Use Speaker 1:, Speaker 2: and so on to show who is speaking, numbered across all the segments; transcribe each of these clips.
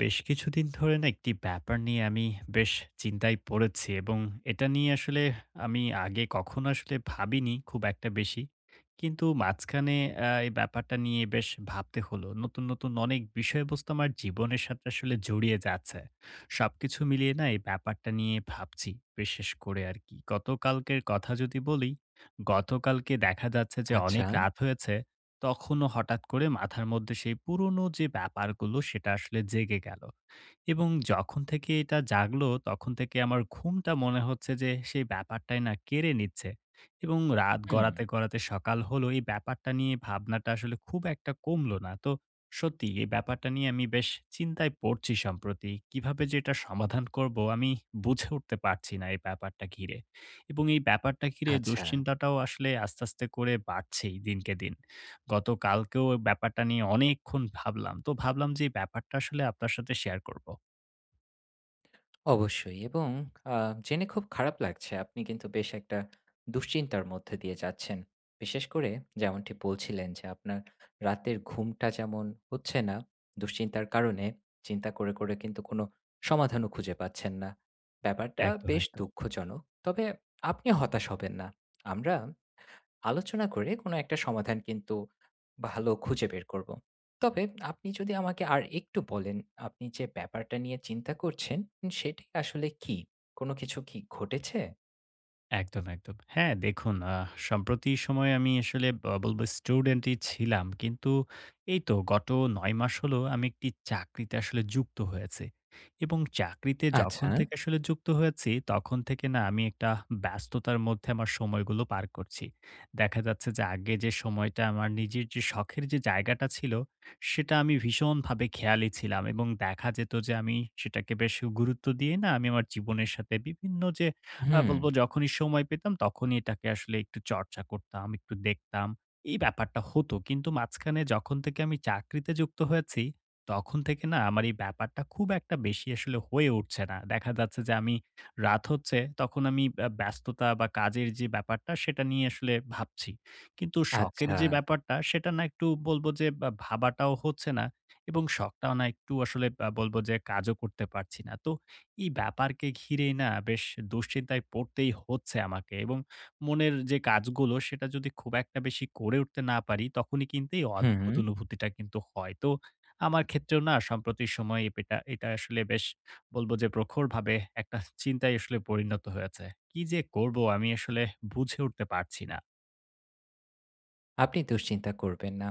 Speaker 1: বেশ কিছুদিন ধরে না একটি ব্যাপার নিয়ে আমি বেশ চিন্তায় পড়েছি এবং এটা নিয়ে আসলে আমি আগে কখনো আসলে ভাবিনি খুব একটা বেশি। কিন্তু মাঝখানে এই ব্যাপারটা নিয়ে বেশ ভাবতে হলো। নতুন, নতুন অনেক বিষয়বস্তু আমার জীবনের সাথে আসলে জড়িয়ে যাচ্ছে। সবকিছু মিলিয়ে না এই ব্যাপারটা নিয়ে ভাবছি বিশেষ করে আর কি। গতকালকের কথা যদি বলি, গতকালকে দেখা যাচ্ছে যে
Speaker 2: আচ্ছা।
Speaker 1: অনেক রাত হয়েছে তখনও হঠাৎ করে মাথার মধ্যে সেই পুরনো যে ব্যাপারগুলো সেটা আসলে জেগে গেল। এবং যখন থেকে এটা জাগলো তখন থেকে আমার ঘুমটা মনে হচ্ছে যে সেই ব্যাপারটাই না কেড়ে নিচ্ছে। এবং রাত
Speaker 2: হুম,
Speaker 1: গড়াতে, গড়াতে সকাল হলো এই ব্যাপারটা নিয়ে ভাবনাটা আসলে খুব একটা কমলো না। তো সত্যি এই ব্যাপারটা নিয়ে আমি বেশ চিন্তায় পড়ছি সম্প্রতি। কিভাবে যে এটা সমাধান করব আমি বুঝে উঠতে পারছি না এই ব্যাপারটা ঘিরে। এবং এই ব্যাপারটা ঘিরে
Speaker 2: আচ্ছা।
Speaker 1: দুশ্চিন্তাটাও আসলে আস্তে, আস্তে করে বাড়ছেই দিনকে দিন। গতকালকেও ব্যাপারটা নিয়ে অনেকক্ষণ ভাবলাম। তো ভাবলাম যে এই ব্যাপারটা আসলে আপনার সাথে শেয়ার করব।
Speaker 2: অবশ্যই এবং আ জেনে খুব খারাপ লাগছে। আপনি কিন্তু বেশ একটা দুশ্চিন্তার মধ্যে দিয়ে যাচ্ছেন। বিশেষ করে যেমনটি বলছিলেন যে, আপনার রাতের ঘুমটা যেমন হচ্ছে না, দুশ্চিন্তার কারণে চিন্তা করে, করে কিন্তু কোনো সমাধানও খুঁজে পাচ্ছেন না। ব্যাপারটা
Speaker 1: একদম,
Speaker 2: বেশ
Speaker 1: একদম।
Speaker 2: দুঃখজনক। তবে আপনি হতাশ হবেন না। আমরা আলোচনা করে কোনো একটা সমাধান কিন্তু ভালো খুঁজে বের করব। তবে আপনি যদি আমাকে আর একটু বলেন, আপনি যে ব্যাপারটা নিয়ে চিন্তা করছেন সেটাই আসলে কি? কোনো কিছু কি ঘটেছে?
Speaker 1: একদম, একদম। হ্যাঁ, দেখুন সম্প্রতি সময়ে আমি আসলে বলব স্টুডেন্টই ছিলাম। কিন্তু এই তো গত ৯ মাস হলো আমি একটি চাকরিতে আসলে যুক্ত হয়েছি। এবং চাকরিতে যখন
Speaker 2: আচ্ছা।
Speaker 1: থেকে আসলে যুক্ত হয়েছি, তখন থেকে না আমি একটা ব্যস্ততার মধ্যে আমার সময়গুলো পার করছি। দেখা যাচ্ছে যে আগে যে সময়টা আমার নিজের যে শখের যে জায়গাটা ছিল, সেটা আমি ভীষণভাবে খেয়ালি ছিলাম এবং দেখা যেত যে আমি সেটাকে বেশ গুরুত্ব দিয়ে না আমি আমার জীবনের সাথে বিভিন্ন যে
Speaker 2: হুম,
Speaker 1: বলবো যখনই সময় পেতাম তখনই এটাকে আসলে একটু চর্চা করতাম, একটু দেখতাম। এই ব্যাপারটা হতো। কিন্তু মাঝখানে যখন থেকে আমি চাকরিতে যুক্ত হয়েছি, তখন থেকে না আমার এই ব্যাপারটা খুব একটা বেশি আসলে হয়ে উঠছে না। দেখা যাচ্ছে যে আমি রাত হচ্ছে তখন আমি ব্যস্ততা বা কাজের যে ব্যাপারটা সেটা নিয়ে আসলে ভাবছি। কিন্তু শখের
Speaker 2: আচ্ছা।
Speaker 1: যে ব্যাপারটা সেটা না একটু বলবো যে বা ভাবাটাও হচ্ছে না এবং শখটাও না একটু আসলে বলবো যে কাজও করতে পারছি না। তো এই ব্যাপারকে ঘিরে না বেশ দুশ্চিন্তায় পড়তেই হচ্ছে আমাকে এবং মনের যে কাজগুলো সেটা যদি খুব একটা বেশি করে উঠতে না পারি তখনই কিন্তু এই
Speaker 2: হুম।
Speaker 1: অদ্ভুত অনুভূতিটা কিন্তু হয়। তো আমার ক্ষেত্রেও না সাম্প্রতিক সময়ে এটা এটা আসলে বেশ বলবো যে প্রখরভাবে একটা চিন্তায় আসলে পরিণত হয়েছে। কি যে করব আমি আসলে বুঝে উঠতে পারছি না।
Speaker 2: আপনি দুশ্চিন্তা করবেন না।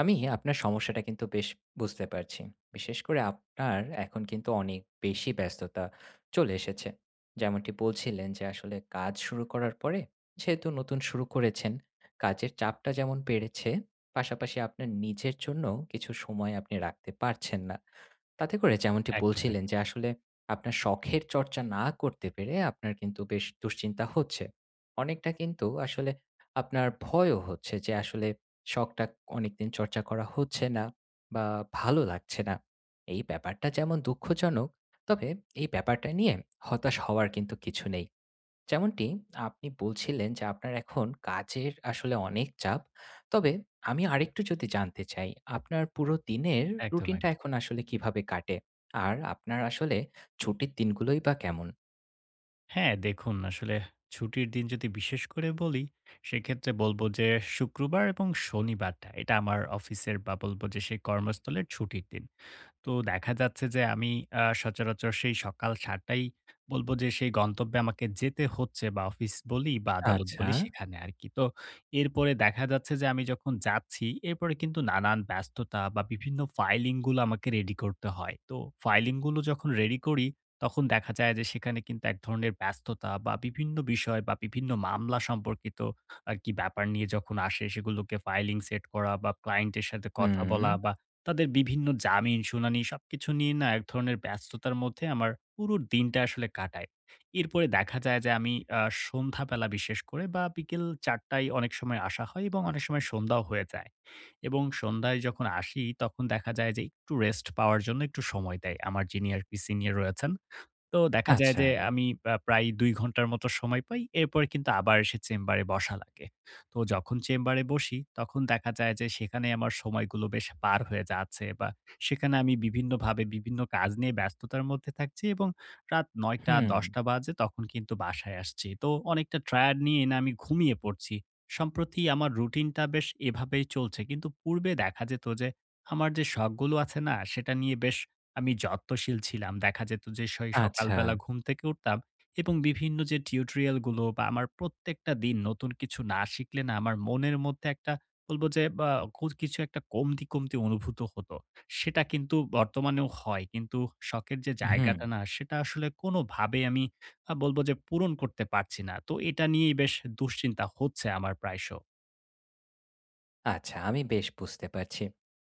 Speaker 2: আমি আপনার সমস্যাটা কিন্তু বেশ বুঝতে পারছি। বিশেষ করে আপনার এখন কিন্তু অনেক বেশি ব্যস্ততা চলে এসেছে। যেমনটি বলছিলেন যে আসলে কাজ শুরু করার পরে যেহেতু নতুন শুরু করেছেন, কাজের চাপটা যেমন বেড়েছে, পাশাপাশি আপনার নিজের জন্য কিছু সময় আপনি রাখতে পারছেন না। তাতে করে যেমনটি
Speaker 1: একদম,
Speaker 2: বলছিলেন
Speaker 1: একদম।
Speaker 2: যে আসলে আপনার শখের চর্চা না করতে পেরে আপনার কিন্তু বেশ দুশ্চিন্তা হচ্ছে। অনেকটা কিন্তু আসলে আপনার ভয়ও হচ্ছে যে আসলে শখটা অনেকদিন চর্চা করা হচ্ছে না বা ভালো লাগছে না। এই ব্যাপারটা যেমন দুঃখজনক, তবে এই ব্যাপারটা নিয়ে হতাশ হওয়ার কিন্তু কিছু নেই। যেমনটি আপনি বলছিলেন যে আপনার এখন কাজের আসলে অনেক চাপ। তবে আমি আরেকটু যদি জানতে চাই, আপনার পুরো দিনের
Speaker 1: একদম,
Speaker 2: রুটিনটা
Speaker 1: একদম।
Speaker 2: এখন আসলে কিভাবে কাটে? আর আপনার আসলে ছুটির দিনগুলোই বা কেমন?
Speaker 1: হ্যাঁ, দেখুন আসলে ছুটির দিন যদি বিশেষ করে বলি, সেক্ষেত্রে বলবো যে শুক্রবার এবং শনিবারটা এটা আমার অফিসের বা বলব যে সেই কর্মস্থলের ছুটির দিন। তো দেখা যাচ্ছে যে আমি সচরাচর সেই সকাল ৭ঃ০০ টাই বলবো যে সেই গন্তব্যে আমাকে যেতে হচ্ছে বা অফিস বলি বা আদালত
Speaker 2: আচ্ছা,
Speaker 1: বলি সেখানে আরকি। তো এরপরে দেখা যাচ্ছে যে আমি যখন যাচ্ছি এরপরে কিন্তু নানান ব্যস্ততা বা বিভিন্ন ফাইলিং গুলো আমাকে রেডি করতে হয়। তো ফাইলিং গুলো যখন রেডি করি তখন দেখা যায় যে সেখানে কিন্তু এক ধরনের ব্যস্ততা বা বিভিন্ন বিষয় বা বিভিন্ন মামলা সম্পর্কিত আরকি ব্যাপার নিয়ে যখন আসে সেগুলোকে ফাইলিং সেট করা বা ক্লায়েন্ট এর সাথে কথা
Speaker 2: হুম,
Speaker 1: বলা বা তাদের বিভিন্ন জামিন শুনানি সবকিছু নিয়ে না এক ধরনের ব্যস্ততার মধ্যে আমার পুরো দিনটা আসলে কাটায়। এরপরে দেখা যায় যে আমি আ সন্ধ্যাবেলা বিশেষ করে বা বিকেল ৪ঃ০০ য় অনেক সময় আসা হয় এবং অনেক সময় সন্ধ্যাও হয়ে যায়। এবং সন্ধ্যায় যখন আসি তখন দেখা যায় যে একটু রেস্ট পাওয়ার জন্য একটু সময় দেয় আমার যিনি আরকি সিনিয়র রয়েছেন। তো দেখা যায়
Speaker 2: আচ্ছা,
Speaker 1: যে আমি প্রায় ২ ঘন্টার মতো সময় পাই। এরপরে কিন্তু আবার সে চেম্বারে বসা লাগে। তো যখন চেম্বারে বসি তখন দেখা যায় যে সেখানে আমার সময়গুলো বেশ পার হয়ে যাচ্ছে বা সেখানে আমি বিভিন্নভাবে বিভিন্ন কাজ নিয়ে ব্যস্ততার মধ্যে থাকছি এবং রাত
Speaker 2: হুম,
Speaker 1: ৯ঃ০০-১০ঃ০০ বাজে তখন কিন্তু বাসায় আসছি। তো অনেকটা টায়ার্ড নিয়ে না আমি ঘুমিয়ে পড়ছি। সম্প্রতি আমার রুটিনটা বেশ এভাবেই চলছে। কিন্তু পূর্বে দেখা যেত যে আমার যে শখগুলো আছে না সেটা নিয়ে বেশ আমি যত্নশীল ছিলাম। দেখা যেত যে সেই
Speaker 2: আচ্ছা,
Speaker 1: সকালবেলা ঘুম থেকে উঠতাম এবং বিভিন্ন যে টিউটোরিয়াল গুলো বা আমার প্রত্যেকটা দিন নতুন কিছু না শিখলে না আমার মনের মধ্যে একটা বলব যে বা কিছু একটা কমতি, কমতি অনুভূত হতো। সেটা কিন্তু বর্তমানেও হয়। কিন্তু শখের যে
Speaker 2: হুম।
Speaker 1: জায়গাটা না সেটা আসলে কোনোভাবেই আমি বলব যে পূরণ করতে পারছি না। তো এটা নিয়েই বেশ দুশ্চিন্তা হচ্ছে আমার প্রায়শ।
Speaker 2: আচ্ছা, আমি বেশ বুঝতে পারছি।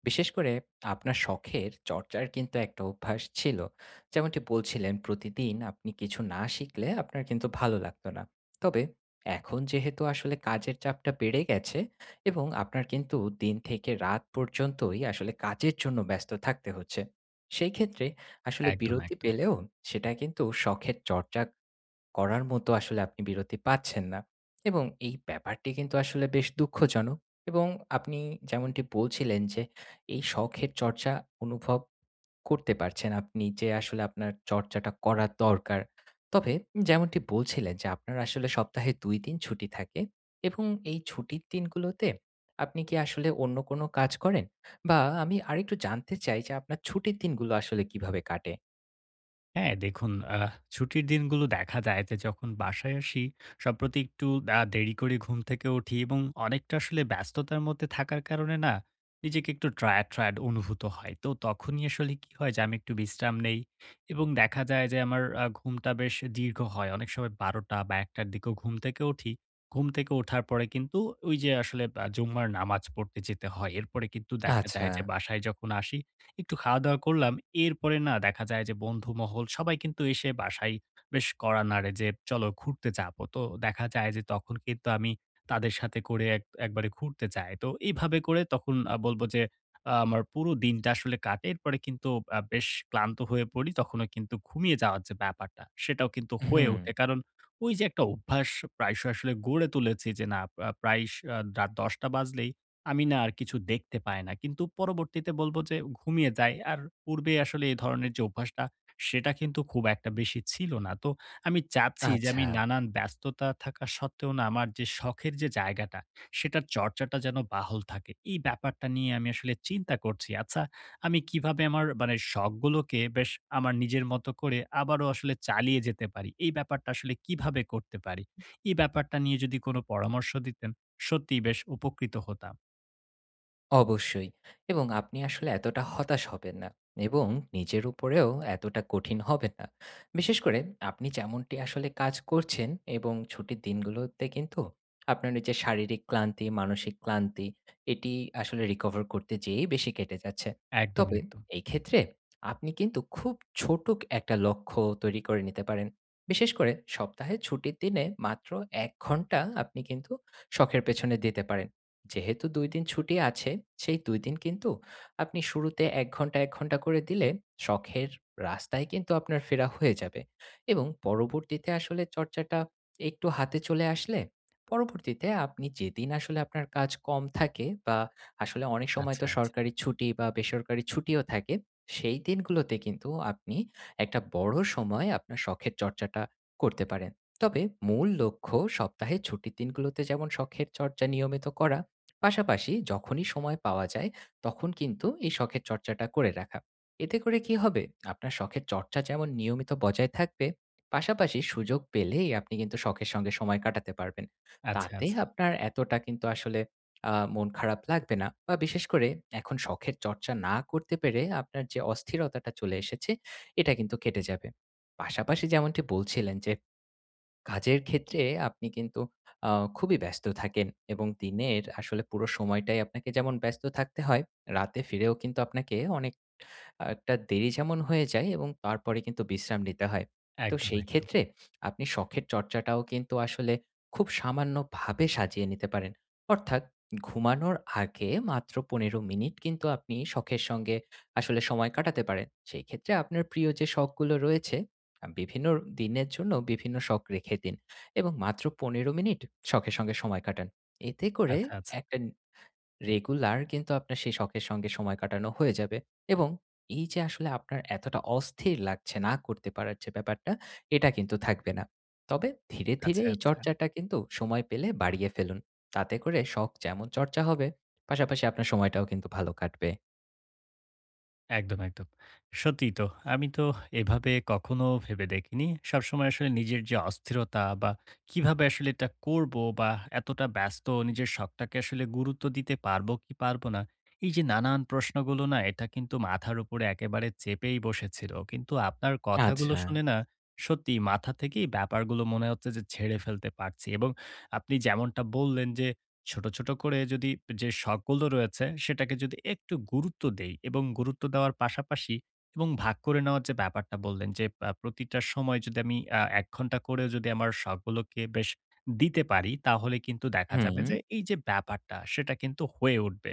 Speaker 2: বিশেষ করে আপনার শখের চর্চার কিন্তু একটা অভ্যাস ছিল। যেমনটি বলছিলেন প্রতিদিন আপনি কিছু না শিখলে আপনার কিন্তু ভালো লাগতো না। তবে এখন যেহেতু আসলে কাজের চাপটা বেড়ে গেছে এবং আপনার কিন্তু দিন থেকে রাত পর্যন্তই আসলে কাজের জন্য ব্যস্ত থাকতে হচ্ছে। সেই ক্ষেত্রে আসলে
Speaker 1: একদম,
Speaker 2: বিরতি
Speaker 1: একদম।
Speaker 2: পেলেও সেটা কিন্তু শখের চর্চা করার মতো আসলে আপনি বিরতি পাচ্ছেন না। এবং এই ব্যাপারটি কিন্তু আসলে বেশ দুঃখজনক। এবং আপনি যেমনটি বলছিলেন যে এই শখের চর্চা অনুভব করতে পারছেন আপনি যে আসলে আপনার চর্চাটা করা দরকার। তবে যেমনটি বলছিলেন যে আপনার আসলে সপ্তাহে ২ দিন ছুটি থাকে এবং এই ছুটির দিনগুলোতে আপনি কি আসলে অন্য কোনো কাজ করেন? বা আমি আরেকটু জানতে চাই যে আপনার ছুটির দিনগুলো আসলে কিভাবে কাটে?
Speaker 1: হ্যাঁ, দেখুন ছুটির দিনগুলো দেখা যায় যে যখন বাসায় আসি সম্প্রতি একটু দেরি করে ঘুম থেকে উঠি এবং অনেকটা আসলে ব্যস্ততার মধ্যে থাকার কারণে না নিজেকে একটু টায়ার্ড, টায়ার্ড অনুভূত হয়। তো তখনই আসলে কি হয় যে আমি একটু বিশ্রাম নেই এবং দেখা যায় যে আমার ঘুমটা বেশ দীর্ঘ হয়। অনেক সময় ১২ঃ০০ বা ১ঃ০০ র দিকেও ঘুম থেকে উঠি। ঘুম থেকে ওঠার পরে কিন্তু ওই যে আসলে জুম্মার নামাজ পড়তে যেতে হয়। এরপরে কিন্তু দেখা
Speaker 2: আচ্ছা,
Speaker 1: যায় যে বাসায় যখন আসি একটু খাওয়া-দাওয়া করলাম। এরপরে না দেখা যায় যে বন্ধু মহল সবাই কিন্তু এসে বাসায় বেশ কড়া নাড়ে যে, "চলো ঘুরতে যাবো।" তো দেখা যায় যে তখন কিন্তু আমি তাদের সাথে করে এক একবারে ঘুরতে যাই। তো এইভাবে করে তখন বলবো যে আমার পুরো দিনটা আসলে কাটে। এরপরে কিন্তু বেশ ক্লান্ত হয়ে পড়ি। তখনও কিন্তু ঘুমিয়ে যাওয়ার যে ব্যাপারটা, সেটাও কিন্তু হয়ে
Speaker 2: হুম,
Speaker 1: ওঠে। কারণ ওই যে একটা অভ্যাস প্রায়শই আসলে গড়ে তুলেছি যে না প্রায়শ রাত ১০ঃ০০ বাজলেই আমি না আর কিছু দেখতে পাই না। কিন্তু পরবর্তীতে বলব যে ঘুমিয়ে যাই। আর পূর্বে আসলে এই ধরনের যে অভ্যাসটা, সেটা কিন্তু খুব একটা বেশি ছিল না। তো আমি চাচ্ছি যে
Speaker 2: আচ্ছা।
Speaker 1: আমি নানান ব্যস্ততা থাকা সত্ত্বেও না আমার যে শখের যে জায়গাটা, সেটার চর্চাটা যেন বাহুল থাকে। এই ব্যাপারটা নিয়ে আমি আসলে চিন্তা করছি। আচ্ছা, আমি কিভাবে আমার মানে শখগুলোকে বেশ আমার নিজের মতো করে আবারও আসলে চালিয়ে যেতে পারি? এই ব্যাপারটা আসলে কিভাবে করতে পারি? এই ব্যাপারটা নিয়ে যদি কোন পরামর্শ দিতেন, সত্যিই বেশ উপকৃত হতাম।
Speaker 2: অবশ্যই। এবং আপনি আসলে এতটা হতাশ হবেন না এবং নিজের উপরেও এতটা কঠিন হবেন না। বিশেষ করে আপনি যেমনটি আসলে কাজ করছেন এবং ছুটির দিনগুলোতে কিন্তু আপনার ওই যে শারীরিক ক্লান্তি, মানসিক ক্লান্তি এটি আসলে recover করতে যেয়েই বেশি কেটে যাচ্ছে।
Speaker 1: একদম,
Speaker 2: তবে
Speaker 1: একদম।
Speaker 2: এই ক্ষেত্রে আপনি কিন্তু খুব ছোট একটা লক্ষ্য তৈরি করে নিতে পারেন। বিশেষ করে সপ্তাহে ছুটির দিনে মাত্র ১ ঘন্টা আপনি কিন্তু শখের পেছনে দিতে পারেন। যেহেতু ২ দিন ছুটি আছে, সেই ২ দিন কিন্তু আপনি শুরুতে ১ ঘন্টা, ১ ঘন্টা করে দিলে শখের রাস্তায় কিন্তু আপনার ফেরা হয়ে যাবে এবং পরবর্তীতে আসলে চর্চাটা একটু হাতে চলে আসলে, পরবর্তীতে আপনি যেদিন আসলে আপনার কাজ কম থাকে বা আসলে অনেক সময়
Speaker 1: আচ্ছা,
Speaker 2: তো
Speaker 1: আচ্ছা,
Speaker 2: সরকারি ছুটি বা বেসরকারি ছুটিও থাকে, সেই দিনগুলোতে কিন্তু আপনি একটা বড় সময় আপনার শখের চর্চাটা করতে পারেন। তবে মূল লক্ষ্য সপ্তাহে ছুটির দিনগুলোতে যেমন শখের চর্চা নিয়মিত করা, পাশাপাশি যখনই সময় পাওয়া যায় তখন কিন্তু এই শখের চর্চাটা করে রাখা। এতে করে কি হবে, আপনার শখের চর্চা যেমন নিয়মিত বজায় থাকবে, পাশাপাশি সুযোগ পেলেই আপনি কিন্তু শখের সঙ্গে সময় কাটাতে পারবেন।
Speaker 1: আচ্ছা,
Speaker 2: তাতে
Speaker 1: আচ্ছা।
Speaker 2: আপনার এতটা কিন্তু আসলে মন খারাপ লাগবে না বা বিশেষ করে এখন শখের চর্চা না করতে পেরে আপনার যে অস্থিরতাটা চলে এসেছে এটা কিন্তু কেটে যাবে। পাশাপাশি যেমনটি বলছিলেন যে কাজের ক্ষেত্রে আপনি কিন্তু আ খুবই ব্যস্ত থাকেন এবং দিনের আসলে পুরো সময়টাই আপনাকে যেমন ব্যস্ত থাকতে হয়, রাতে ফিরেও কিন্তু আপনাকে অনেক একটা দেরি যেমন হয়ে যায় এবং তারপরে কিন্তু বিশ্রাম নিতে হয়। তো
Speaker 1: একদম,
Speaker 2: সেই
Speaker 1: একদম।
Speaker 2: ক্ষেত্রে আপনি শখের চর্চাটাও কিন্তু আসলে খুব সামান্যভাবে সাজিয়ে নিতে পারেন। অর্থাৎ ঘুমানোর আগে মাত্র ১৫ মিনিট কিন্তু আপনি শখের সঙ্গে আসলে সময় কাটাতে পারেন। সেই ক্ষেত্রে আপনার প্রিয় যে শখগুলো রয়েছে বিভিন্ন দিনের জন্য বিভিন্ন শখ রেখে দিন এবং মাত্র ১৫ মিনিট শখের সঙ্গে সময় কাটান। এতে করে
Speaker 1: আচ্ছা, আচ্ছা,
Speaker 2: একটা রেগুলার কিন্তু আপনার সেই শখের সঙ্গে সময় কাটানো হয়ে যাবে এবং এই যে আসলে আপনার এতটা অস্থির লাগছে না করতে পারার যে ব্যাপারটা, এটা কিন্তু থাকবে না। তবে ধীরে, ধীরে
Speaker 1: আচ্ছা,
Speaker 2: এই
Speaker 1: আচ্ছা।
Speaker 2: চর্চাটা কিন্তু সময় পেলে বাড়িয়ে ফেলুন। তাতে করে শখ যেমন চর্চা হবে, পাশাপাশি আপনার সময়টাও কিন্তু ভালো কাটবে।
Speaker 1: একদম, একদম। সত্যিই তো। আমি তো এভাবে কখনো ভেবে দেখিনি। সবসময় আসলে নিজের যে অস্থিরতা বা কিভাবে আসলে এটা করব বা এতটা ব্যস্ত নিজের শখটাকে আসলে গুরুত্ব দিতে পারবো কি পারবো না। এই যে নানান প্রশ্নগুলো না এটা কিন্তু মাথার উপরে একেবারে চেপেই বসেছিল। কিন্তু আপনার কথাগুলো
Speaker 2: আচ্ছা।
Speaker 1: শুনে না সত্যি মাথা থেকেই ব্যাপারগুলো মনে হচ্ছে যে ঝেড়ে ফেলতে পারছি এবং আপনি যেমনটা বললেন যে ছোট, ছোট করে যদি যে শখগুলো রয়েছে সেটাকে যদি একটু গুরুত্ব দেই এবং গুরুত্ব দেওয়ার পাশাপাশি এবং ভাগ করে নেওয়ার যে ব্যাপারটা বললেন যে প্রতিটা সময় যদি আমি ১ ঘন্টা করেও যদি আমার শখগুলোকে বেশ দিতে পারি তাহলে কিন্তু দেখা
Speaker 2: হুম,
Speaker 1: যাবে যে এই যে ব্যাপারটা সেটা কিন্তু হয়ে উঠবে।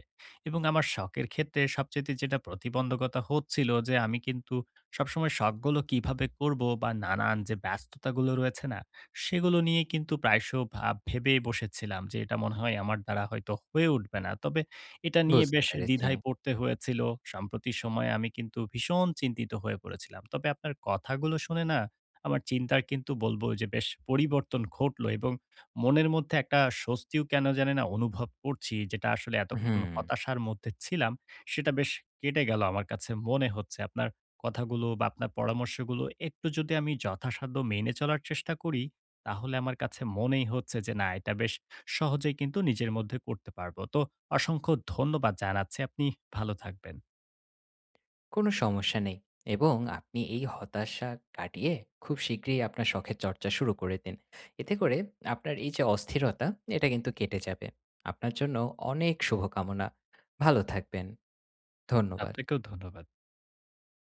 Speaker 1: এবং আমার শখের ক্ষেত্রে সবচাইতে যেটা প্রতিবন্ধকতা হচ্ছিল যে আমি কিন্তু সবসময় শখগুলো কিভাবে করব বা নানান যে ব্যস্ততাগুলো রয়েছে না সেগুলো নিয়ে কিন্তু প্রায়শ ভেবে বসেছিলাম যে এটা মনে হয় আমার দ্বারা হয়তো হয়ে উঠবে না। তবে এটা নিয়ে
Speaker 2: বুঝতে
Speaker 1: বেশ
Speaker 2: পেরেছি।
Speaker 1: দ্বিধায় পড়তে হয়েছিল। সাম্প্রতিক সময়ে আমি কিন্তু ভীষণ চিন্তিত হয়ে পড়েছিলাম। তবে আপনার কথাগুলো শুনে না আমার চিন্তার কিন্তু বলব যে বেশ পরিবর্তন ঘটলো এবং মনের মধ্যে একটা স্বস্তিও কেন জানি না অনুভব করছি যেটা আসলে এতক্ষণ
Speaker 2: হুম।
Speaker 1: হতাশার মধ্যে ছিলাম সেটা বেশ কেটে গেল আমার কাছে মনে হচ্ছে। আপনার কথাগুলো বা আপনার পরামর্শগুলো একটু যদি আমি যথাসাধ্য মেনে চলার চেষ্টা করি তাহলে আমার কাছে মনেই হচ্ছে যে না এটা বেশ সহজেই কিন্তু নিজের মধ্যে করতে পারবো। তো অসংখ্য ধন্যবাদ জানাচ্ছি। আপনি ভালো থাকবেন।
Speaker 2: কোনো সমস্যা নেই এবং আপনি এই হতাশা কাটিয়ে খুব শীঘ্রই আপনার শখের চর্চা শুরু করে দিন। এতে করে আপনার এই যে অস্থিরতা, এটা কিন্তু কেটে যাবে। আপনার জন্য অনেক শুভকামনা। ভালো থাকবেন। ধন্যবাদ।
Speaker 1: আপনাকেও ধন্যবাদ।